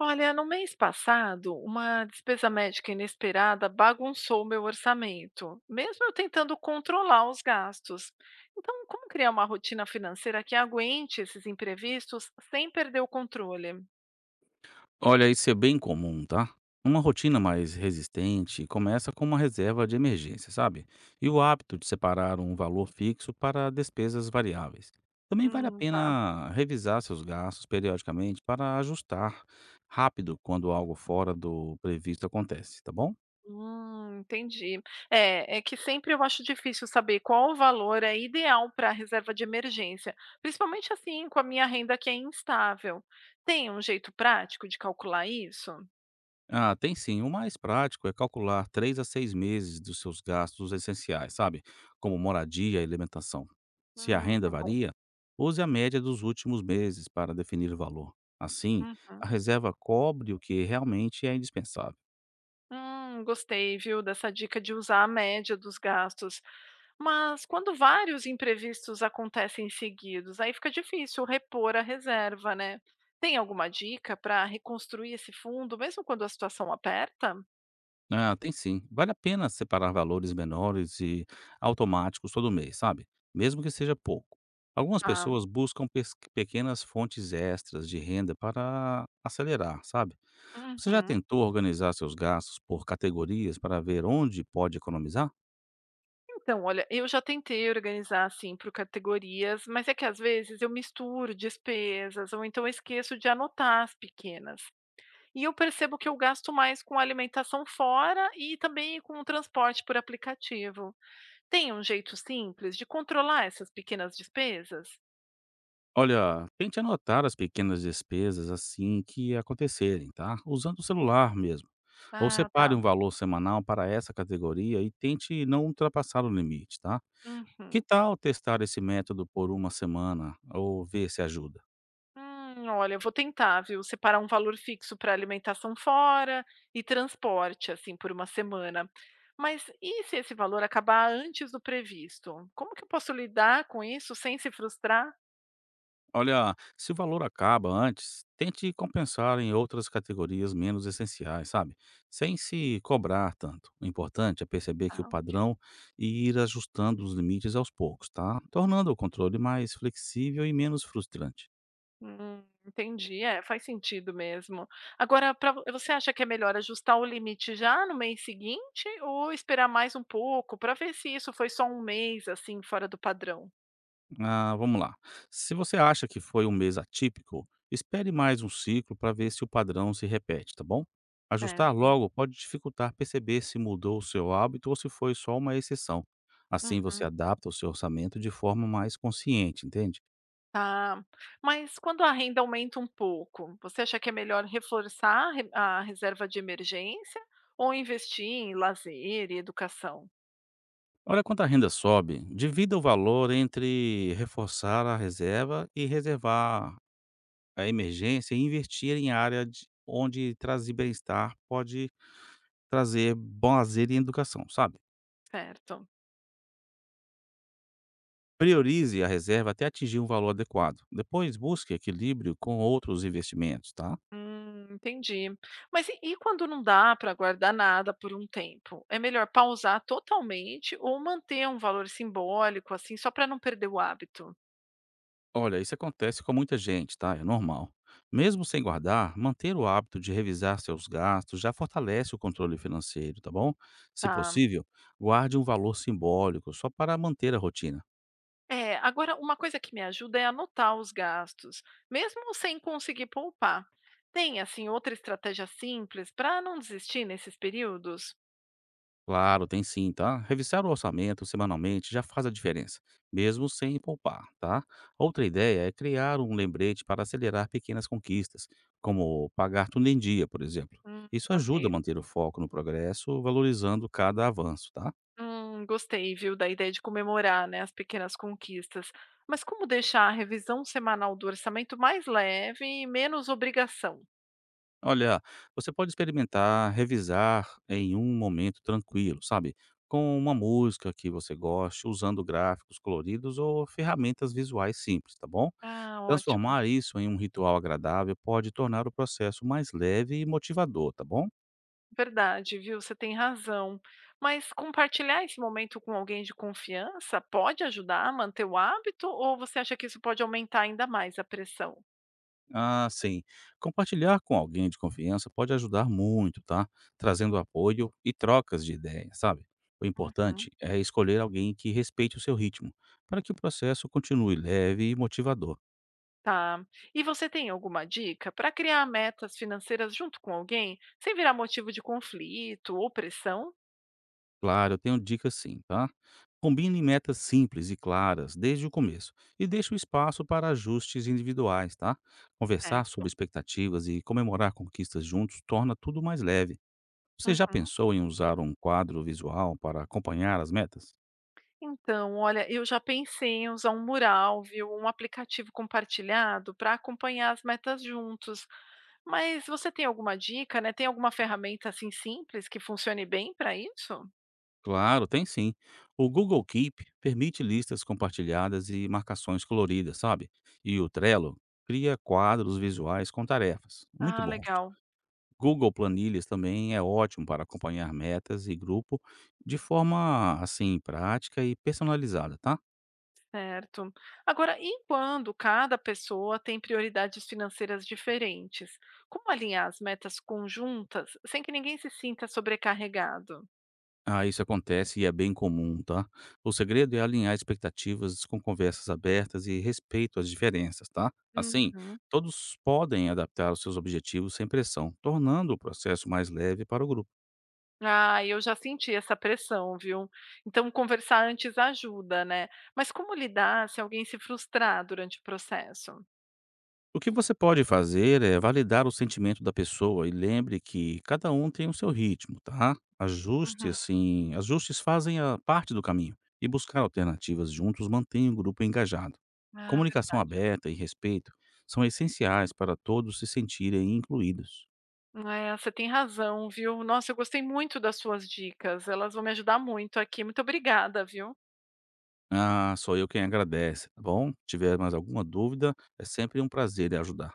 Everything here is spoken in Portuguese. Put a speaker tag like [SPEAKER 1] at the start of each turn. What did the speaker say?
[SPEAKER 1] Olha, no mês passado, uma despesa médica inesperada bagunçou meu orçamento, mesmo eu tentando controlar os gastos. Então, como criar uma rotina financeira que aguente esses imprevistos sem perder o controle?
[SPEAKER 2] Olha, isso é bem comum, tá? Uma rotina mais resistente começa com uma reserva de emergência, sabe? E o hábito de separar um valor fixo para despesas variáveis. Também vale a
[SPEAKER 1] Tá.
[SPEAKER 2] pena revisar seus gastos periodicamente para ajustar rápido quando algo fora do previsto acontece, tá bom?
[SPEAKER 1] Entendi. É que sempre eu acho difícil saber qual o valor é ideal para a reserva de emergência, principalmente assim com a minha renda que é instável. Tem um jeito prático de calcular isso?
[SPEAKER 2] Ah, tem sim. O mais prático é calcular 3 a 6 meses dos seus gastos essenciais, sabe? Como moradia e alimentação. Se a renda
[SPEAKER 1] Tá bom.
[SPEAKER 2] varia, use a média dos últimos meses para definir o valor. Assim, a
[SPEAKER 1] Uhum.
[SPEAKER 2] reserva cobre o que realmente é indispensável.
[SPEAKER 1] Gostei, viu, dessa dica de usar a média dos gastos. Mas quando vários imprevistos acontecem seguidos, aí fica difícil repor a reserva, né? Tem alguma dica para reconstruir esse fundo, mesmo quando a situação aperta?
[SPEAKER 2] Ah, tem sim. Vale a pena separar valores menores e automáticos todo mês, sabe? Mesmo que seja pouco. Algumas
[SPEAKER 1] Ah,
[SPEAKER 2] pessoas buscam pequenas fontes extras de renda para acelerar, sabe? Você já
[SPEAKER 1] uhum.
[SPEAKER 2] tentou organizar seus gastos por categorias para ver onde pode economizar?
[SPEAKER 1] Então, olha, eu já tentei organizar assim por categorias, mas é que às vezes eu misturo despesas ou então esqueço de anotar as pequenas. E eu percebo que eu gasto mais com alimentação fora e também com o transporte por aplicativo. Tem um jeito simples de controlar essas pequenas despesas?
[SPEAKER 2] Olha, tente anotar as pequenas despesas assim que acontecerem, tá? Usando o celular mesmo. Ou
[SPEAKER 1] Ah, tá.
[SPEAKER 2] separe um valor semanal para essa categoria e tente não ultrapassar o limite, tá? Que
[SPEAKER 1] Uhum.
[SPEAKER 2] tal testar esse método por uma semana ou ver se ajuda?
[SPEAKER 1] Olha, eu vou tentar, viu? Separar um valor fixo para alimentação fora e transporte, assim, por uma semana. Mas e se esse valor acabar antes do previsto? Como que eu posso lidar com isso sem se frustrar?
[SPEAKER 2] Olha, se o valor acaba antes, tente compensar em outras categorias menos essenciais, sabe? Sem se cobrar tanto. O importante é perceber que o
[SPEAKER 1] Ah, ok.
[SPEAKER 2] padrão e ir ajustando os limites aos poucos, tá? Tornando o controle mais flexível e menos frustrante.
[SPEAKER 1] Entendi. É, faz sentido mesmo. Agora, pra vo você acha que é melhor ajustar o limite já no mês seguinte ou esperar mais um pouco para ver se isso foi só um mês, assim, fora do padrão?
[SPEAKER 2] Ah, vamos lá. Se você acha que foi um mês atípico, espere mais um ciclo para ver se o padrão se repete, tá bom?
[SPEAKER 1] É.
[SPEAKER 2] Ajustar logo pode dificultar perceber se mudou o seu hábito ou se foi só uma exceção. Assim você
[SPEAKER 1] Uhum,
[SPEAKER 2] adapta o seu orçamento de forma mais consciente, entende?
[SPEAKER 1] tá. Mas quando a renda aumenta um pouco, você acha que é melhor reforçar a re a reserva de emergência ou investir em lazer e educação?
[SPEAKER 2] Olha quanto a renda sobe, divida o valor entre reforçar a reserva e reservar a emergência e investir em onde trazer bem-estar pode trazer bom lazer e educação, sabe?
[SPEAKER 1] Certo.
[SPEAKER 2] Priorize a reserva até atingir um valor adequado. Depois busque equilíbrio com outros investimentos, tá?
[SPEAKER 1] Entendi. Mas e quando não dá para guardar nada por um tempo? É melhor pausar totalmente ou manter um valor simbólico, assim, só para não perder o hábito?
[SPEAKER 2] Olha, isso acontece com muita gente, tá? É normal. Mesmo sem guardar, manter o hábito de revisar seus gastos já fortalece o controle financeiro, tá bom? Se
[SPEAKER 1] Tá.
[SPEAKER 2] possível, guarde um valor simbólico só para manter a rotina.
[SPEAKER 1] É, agora, uma coisa que me ajuda é anotar os gastos, mesmo sem conseguir poupar. Tem, assim, outra estratégia simples para não desistir nesses períodos?
[SPEAKER 2] Claro, tem sim, tá? Revisar o orçamento semanalmente já faz a diferença, mesmo sem poupar, tá? Outra ideia é criar um lembrete para acelerar pequenas conquistas, como pagar tudo em dia, por exemplo. Isso
[SPEAKER 1] Ok.
[SPEAKER 2] ajuda a manter o foco no progresso, valorizando cada avanço, tá?
[SPEAKER 1] Gostei, viu, da ideia de comemorar, né, as pequenas conquistas. Mas como deixar a revisão semanal do orçamento mais leve e menos obrigação?
[SPEAKER 2] Olha, você pode experimentar revisar em um momento tranquilo, sabe? Com uma música que você goste, usando gráficos coloridos ou ferramentas visuais simples, tá bom?
[SPEAKER 1] Ah, ótimo.
[SPEAKER 2] Transformar isso em um ritual agradável pode tornar o processo mais leve e motivador, tá bom?
[SPEAKER 1] Verdade, viu? Você tem razão. Mas compartilhar esse momento com alguém de confiança pode ajudar a manter o hábito ou você acha que isso pode aumentar ainda mais a pressão?
[SPEAKER 2] Ah, sim. Compartilhar com alguém de confiança pode ajudar muito, tá? Trazendo apoio e trocas de ideias, sabe? O
[SPEAKER 1] Uhum,
[SPEAKER 2] importante é escolher alguém que respeite o seu ritmo, para que o processo continue leve e motivador.
[SPEAKER 1] tá. E você tem alguma dica para criar metas financeiras junto com alguém sem virar motivo de conflito ou pressão?
[SPEAKER 2] Claro, eu tenho dicas sim, tá? Combine metas simples e claras desde o começo e deixe o espaço para ajustes individuais, tá? Conversar sobre
[SPEAKER 1] Certo.
[SPEAKER 2] expectativas e comemorar conquistas juntos torna tudo mais leve. Você já
[SPEAKER 1] Uhum.
[SPEAKER 2] pensou em usar um quadro visual para acompanhar as metas?
[SPEAKER 1] Então, olha, eu já pensei em usar um mural, viu? Um aplicativo compartilhado para acompanhar as metas juntos. Mas você tem alguma dica, né? Tem alguma ferramenta assim simples que funcione bem para isso?
[SPEAKER 2] Claro, tem sim. O Google Keep permite listas compartilhadas e marcações coloridas, sabe? E o Trello cria quadros visuais com tarefas. Muito
[SPEAKER 1] Ah,
[SPEAKER 2] bons.
[SPEAKER 1] legal,
[SPEAKER 2] Google Planilhas também é ótimo para acompanhar metas e grupo de forma assim prática e personalizada, tá?
[SPEAKER 1] certo. Agora, e quando cada pessoa tem prioridades financeiras diferentes? Como alinhar as metas conjuntas sem que ninguém se sinta sobrecarregado?
[SPEAKER 2] Ah, isso acontece e é bem comum, tá? O segredo é alinhar expectativas com conversas abertas e respeito às diferenças, tá? Assim,
[SPEAKER 1] Uhum.
[SPEAKER 2] todos podem adaptar os seus objetivos sem pressão, tornando o processo mais leve para o grupo.
[SPEAKER 1] Ah, eu já senti essa pressão, viu. Então conversar antes ajuda, né. Mas como lidar se alguém se frustrar durante o processo?
[SPEAKER 2] O que você pode fazer é validar o sentimento da pessoa e lembre que cada um tem o seu ritmo, tá?
[SPEAKER 1] Uhum.
[SPEAKER 2] Ajustes fazem a parte do caminho e buscar alternativas juntos mantém o grupo engajado.
[SPEAKER 1] Ah,
[SPEAKER 2] Comunicação
[SPEAKER 1] verdade.
[SPEAKER 2] aberta e respeito são essenciais para todos se sentirem incluídos.
[SPEAKER 1] É, você tem razão, viu. Nossa, eu gostei muito das suas dicas, elas vão me ajudar muito aqui. Muito obrigada, viu.
[SPEAKER 2] Ah, sou eu quem agradece, tá bom? Se tiver mais alguma dúvida, é sempre um prazer ajudar.